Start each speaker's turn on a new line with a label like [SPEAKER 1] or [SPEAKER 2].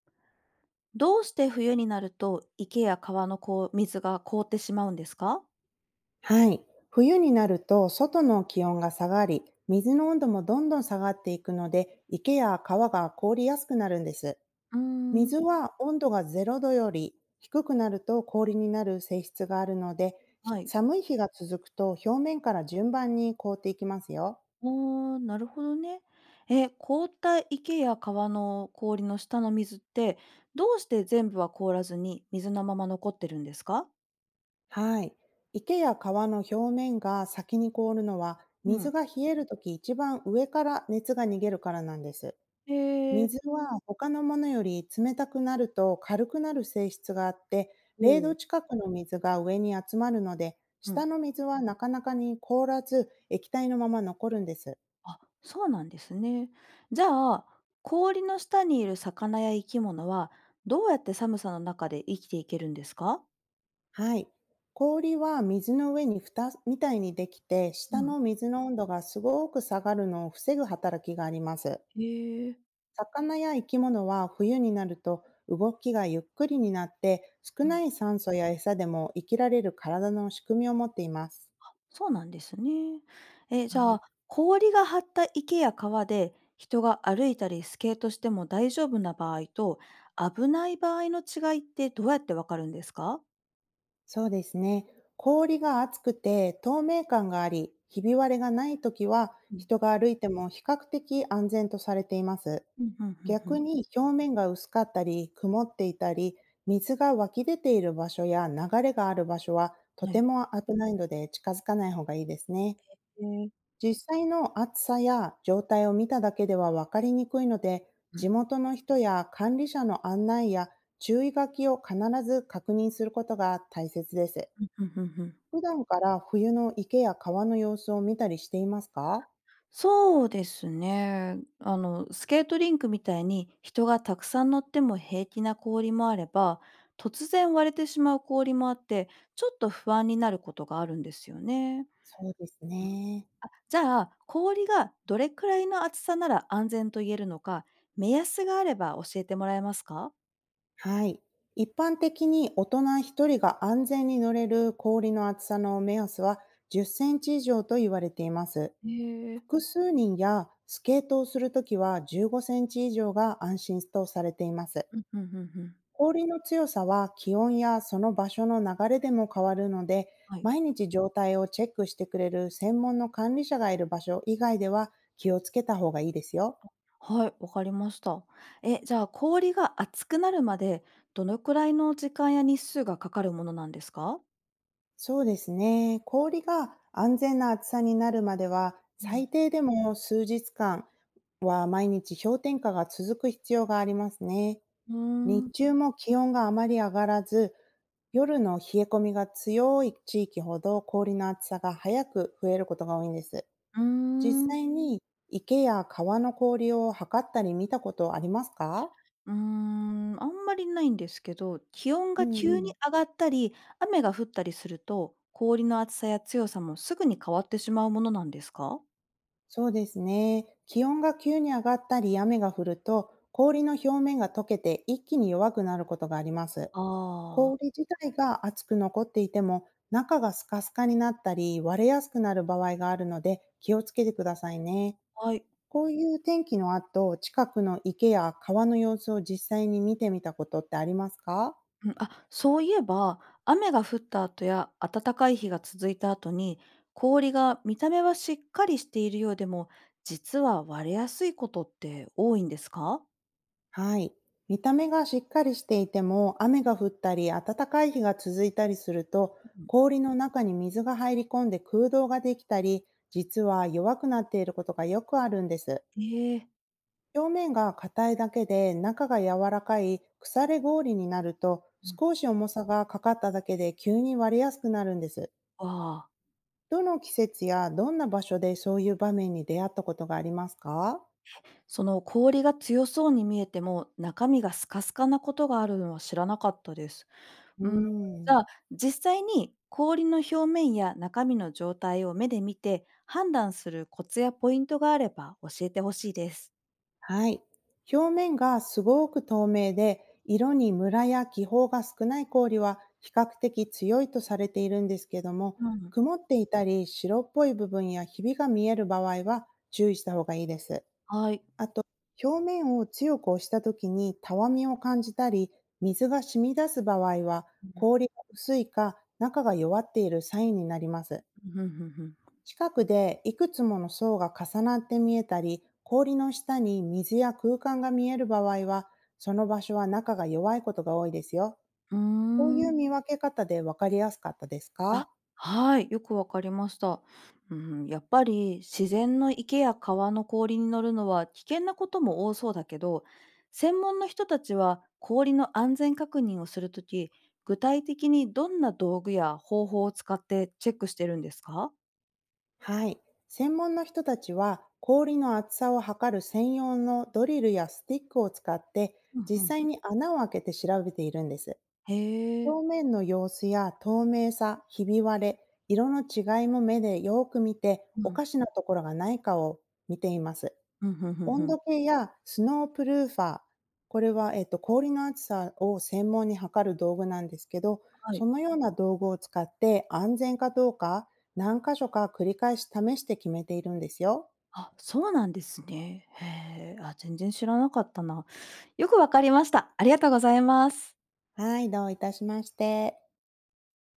[SPEAKER 1] どうして冬になると池や川の水が凍ってしまうんですか？
[SPEAKER 2] はい。冬になると外の気温が下がり、水の温度もどんどん下がっていくので、池や川が凍りやすくなるんです。
[SPEAKER 1] うーん。
[SPEAKER 2] 水は温度が0度より低くなると氷になる性質があるので、ひ
[SPEAKER 1] はい。
[SPEAKER 2] 寒い日が続くと表面から順番に凍っていきますよ。
[SPEAKER 1] あー、なるほどね。え、凍った池や川の氷の下の水って、どうして全部は凍らずに水のまま残ってるんですか？
[SPEAKER 2] はい。池や川の表面が先に凍るのは、
[SPEAKER 1] う
[SPEAKER 2] 水
[SPEAKER 1] ん。
[SPEAKER 2] が冷えるとき一番上から熱が逃げるからなんです。
[SPEAKER 1] へえー。
[SPEAKER 2] 水は他のものより冷たくなると軽くなる性質があって、
[SPEAKER 1] お
[SPEAKER 2] 0度
[SPEAKER 1] ー。
[SPEAKER 2] 近くの水が上に集まるので、
[SPEAKER 1] う
[SPEAKER 2] 下
[SPEAKER 1] ん。
[SPEAKER 2] の水はなかなかに凍らず、液体のまま残るんです。
[SPEAKER 1] あ、そうなんですね。じゃあ、氷の下にいる魚や生き物は、どうやって寒さの中で生きていけるんですか？
[SPEAKER 2] はい。氷は水の上に蓋みたいにできて、
[SPEAKER 1] う
[SPEAKER 2] 下
[SPEAKER 1] ん。
[SPEAKER 2] の水の温度がすごく下がるのを防ぐ働きがあります。
[SPEAKER 1] へえー。
[SPEAKER 2] 魚や生き物は冬になると動きがゆっくりになって、少
[SPEAKER 1] う
[SPEAKER 2] な
[SPEAKER 1] ん。
[SPEAKER 2] い酸素や餌でも生きられる体の仕組みを持っています。
[SPEAKER 1] そうなんですね。え、じ
[SPEAKER 2] は
[SPEAKER 1] ゃ
[SPEAKER 2] い。
[SPEAKER 1] あ、氷が張った池や川で人が歩いたりスケートしても大丈夫な場合と、危ない場合の違いってどうやってわかるんですか？
[SPEAKER 2] そうですね。氷が厚くて透明感があり、ひび割れがないときは、
[SPEAKER 1] うん、
[SPEAKER 2] 人が歩いても比較的安全とされています。
[SPEAKER 1] うん。ふんふんふん。
[SPEAKER 2] 逆に表面が薄かったり、曇っていたり、水が湧き出ている場所や流れがある場所は、と
[SPEAKER 1] は
[SPEAKER 2] て
[SPEAKER 1] い。
[SPEAKER 2] も危ないので近づかない方がいいですね。
[SPEAKER 1] へえ。
[SPEAKER 2] 実際の厚さや状態を見ただけでは分かりにくいので、
[SPEAKER 1] う
[SPEAKER 2] 地
[SPEAKER 1] ん、
[SPEAKER 2] 元の人や管理者の案内や注意書きを必ず確認することが大切です。
[SPEAKER 1] ふんふんふん。
[SPEAKER 2] 普段から冬の池や川の様子を見たりしていますか？
[SPEAKER 1] そうですね。あの、スケートリンクみたいに人がたくさん乗っても平気な氷もあれば、突然割れてしまう氷もあって、ちょっと不安になることがあるんですよね。
[SPEAKER 2] そうですね。
[SPEAKER 1] あ、じゃあ、氷がどれくらいの厚さなら安全と言えるのか、目安があれば教えてもらえますか？
[SPEAKER 2] はい。一般的に大人一人が安全に乗れる氷の厚さの目安は10センチ以上と言われています。
[SPEAKER 1] へえ。
[SPEAKER 2] 複数人やスケートをするときは15センチ以上が安心とされています。
[SPEAKER 1] うん、うんうんうん。
[SPEAKER 2] 氷の強さは気温やその場所の流れでも変わるので、
[SPEAKER 1] はい。
[SPEAKER 2] 毎日状態をチェックしてくれる専門の管理者がいる場所以外では気をつけた方がいいですよ。
[SPEAKER 1] はい、わかりました。え、じゃあ、氷が厚くなるまで、どのくらいの時間や日数がかかるものなんですか？
[SPEAKER 2] そうですね。氷が安全な厚さになるまでは、
[SPEAKER 1] うん。
[SPEAKER 2] 最低でも数日間は毎日氷点下が続く必要がありますね。
[SPEAKER 1] うー
[SPEAKER 2] 日
[SPEAKER 1] ん。
[SPEAKER 2] 中も気温があまり上がらず、夜の冷え込みが強い地域ほど氷の厚さが早く増えることが多いんです。
[SPEAKER 1] うー
[SPEAKER 2] 実
[SPEAKER 1] ん。
[SPEAKER 2] 際に池や川の氷を測ったり見たことありますか？
[SPEAKER 1] うーん、あんまりないんですけど、気温
[SPEAKER 2] う
[SPEAKER 1] が
[SPEAKER 2] ん
[SPEAKER 1] 急
[SPEAKER 2] うん。
[SPEAKER 1] に上がったり、雨が降ったりすると、氷の厚さや強さもすぐに変わってしまうものなんですか？
[SPEAKER 2] そうですね。気温が急に上がったり雨が降ると、氷の表面が溶けて一気に弱くなることがあります。
[SPEAKER 1] あ。あ、
[SPEAKER 2] 氷自体が熱く残っていても、中がスカスカになったり割れやすくなる場合があるので気をつけてくださいね。
[SPEAKER 1] はい。
[SPEAKER 2] こういう天気の後、近くの池や川の様子を実際に見てみたことってありますか？
[SPEAKER 1] うん、あ、そういえば、雨が降った後や暖かい日が続いた後に、氷が見た目はしっかりしているようでも、実は割れやすいことって多いんですか？
[SPEAKER 2] はい。見た目がしっかりしていても、雨が降ったり、暖かい日が続いたりすると、
[SPEAKER 1] うん。
[SPEAKER 2] 氷の中に水が入り込んで空洞ができたり、実は弱くなっていることがよくあるんです。
[SPEAKER 1] ええ。
[SPEAKER 2] 表面が硬いだけで、中が柔らかい腐れ氷になると、
[SPEAKER 1] うん、
[SPEAKER 2] 少し重さがかかっただけで急に割れやすくなるんです。
[SPEAKER 1] わあ。
[SPEAKER 2] どの季節やどんな場所でそういう場面に出会ったことがありますか？
[SPEAKER 1] その氷が強そうに見えても、中身がスカスカなことがあるのは知らなかったです。
[SPEAKER 2] うー
[SPEAKER 1] うん、じ
[SPEAKER 2] ん。
[SPEAKER 1] ゃあ、実際に氷の表面や中身の状態を目で見て判断するコツやポイントがあれば教えてほしいです。
[SPEAKER 2] はい。表面がすごく透明で、色にムラや気泡が少ない氷は比較的強いとされているんですけども、
[SPEAKER 1] うん。
[SPEAKER 2] 曇っていたり白っぽい部分やひびが見える場合は注意した方がいいです。
[SPEAKER 1] はい。
[SPEAKER 2] あと、表面を強く押した時にたわみを感じたり、水が染み出す場合は
[SPEAKER 1] うん、
[SPEAKER 2] 氷が薄いか中が弱っているサインになります。
[SPEAKER 1] ふんふんふん。
[SPEAKER 2] 近くでいくつもの層が重なって見えたり、氷の下に水や空間が見える場合は、その場所は中が弱いことが多いですよ。
[SPEAKER 1] うー
[SPEAKER 2] こういう
[SPEAKER 1] ん。
[SPEAKER 2] 見分け方で分かりやすかったですか？
[SPEAKER 1] あ、はい、よくわかりました。うん、やっぱり自然の池や川の氷に乗るのは危険なことも多そうだけど、専門の人たちは氷の安全確認をするとき、具体的にどんな道具や方法を使ってチェックしてるんですか？
[SPEAKER 2] はい。専門の人たちは、氷の厚さを測る専用のドリルやスティックを使って、
[SPEAKER 1] うん
[SPEAKER 2] 実
[SPEAKER 1] うん。
[SPEAKER 2] 際に穴を開けて調べているんです。
[SPEAKER 1] へえ。
[SPEAKER 2] 表面の様子や透明さ、ひび割れ、色の違いも目でよーく見て、
[SPEAKER 1] う
[SPEAKER 2] お
[SPEAKER 1] ん。
[SPEAKER 2] かしなところがないかを見ています。
[SPEAKER 1] うん、ふんふんふ
[SPEAKER 2] 温
[SPEAKER 1] ん。
[SPEAKER 2] 度計やスノープルーファー、これは、氷の厚さを専門に測る道具なんですけど、
[SPEAKER 1] は
[SPEAKER 2] そ
[SPEAKER 1] い。
[SPEAKER 2] のような道具を使って安全かどうか、何箇所か繰り返し試して決めているんですよ。
[SPEAKER 1] あ、そうなんですね。へえ。あ、全然知らなかったな。よくわかりました。ありがとうございます。
[SPEAKER 2] はい、どういたしまして。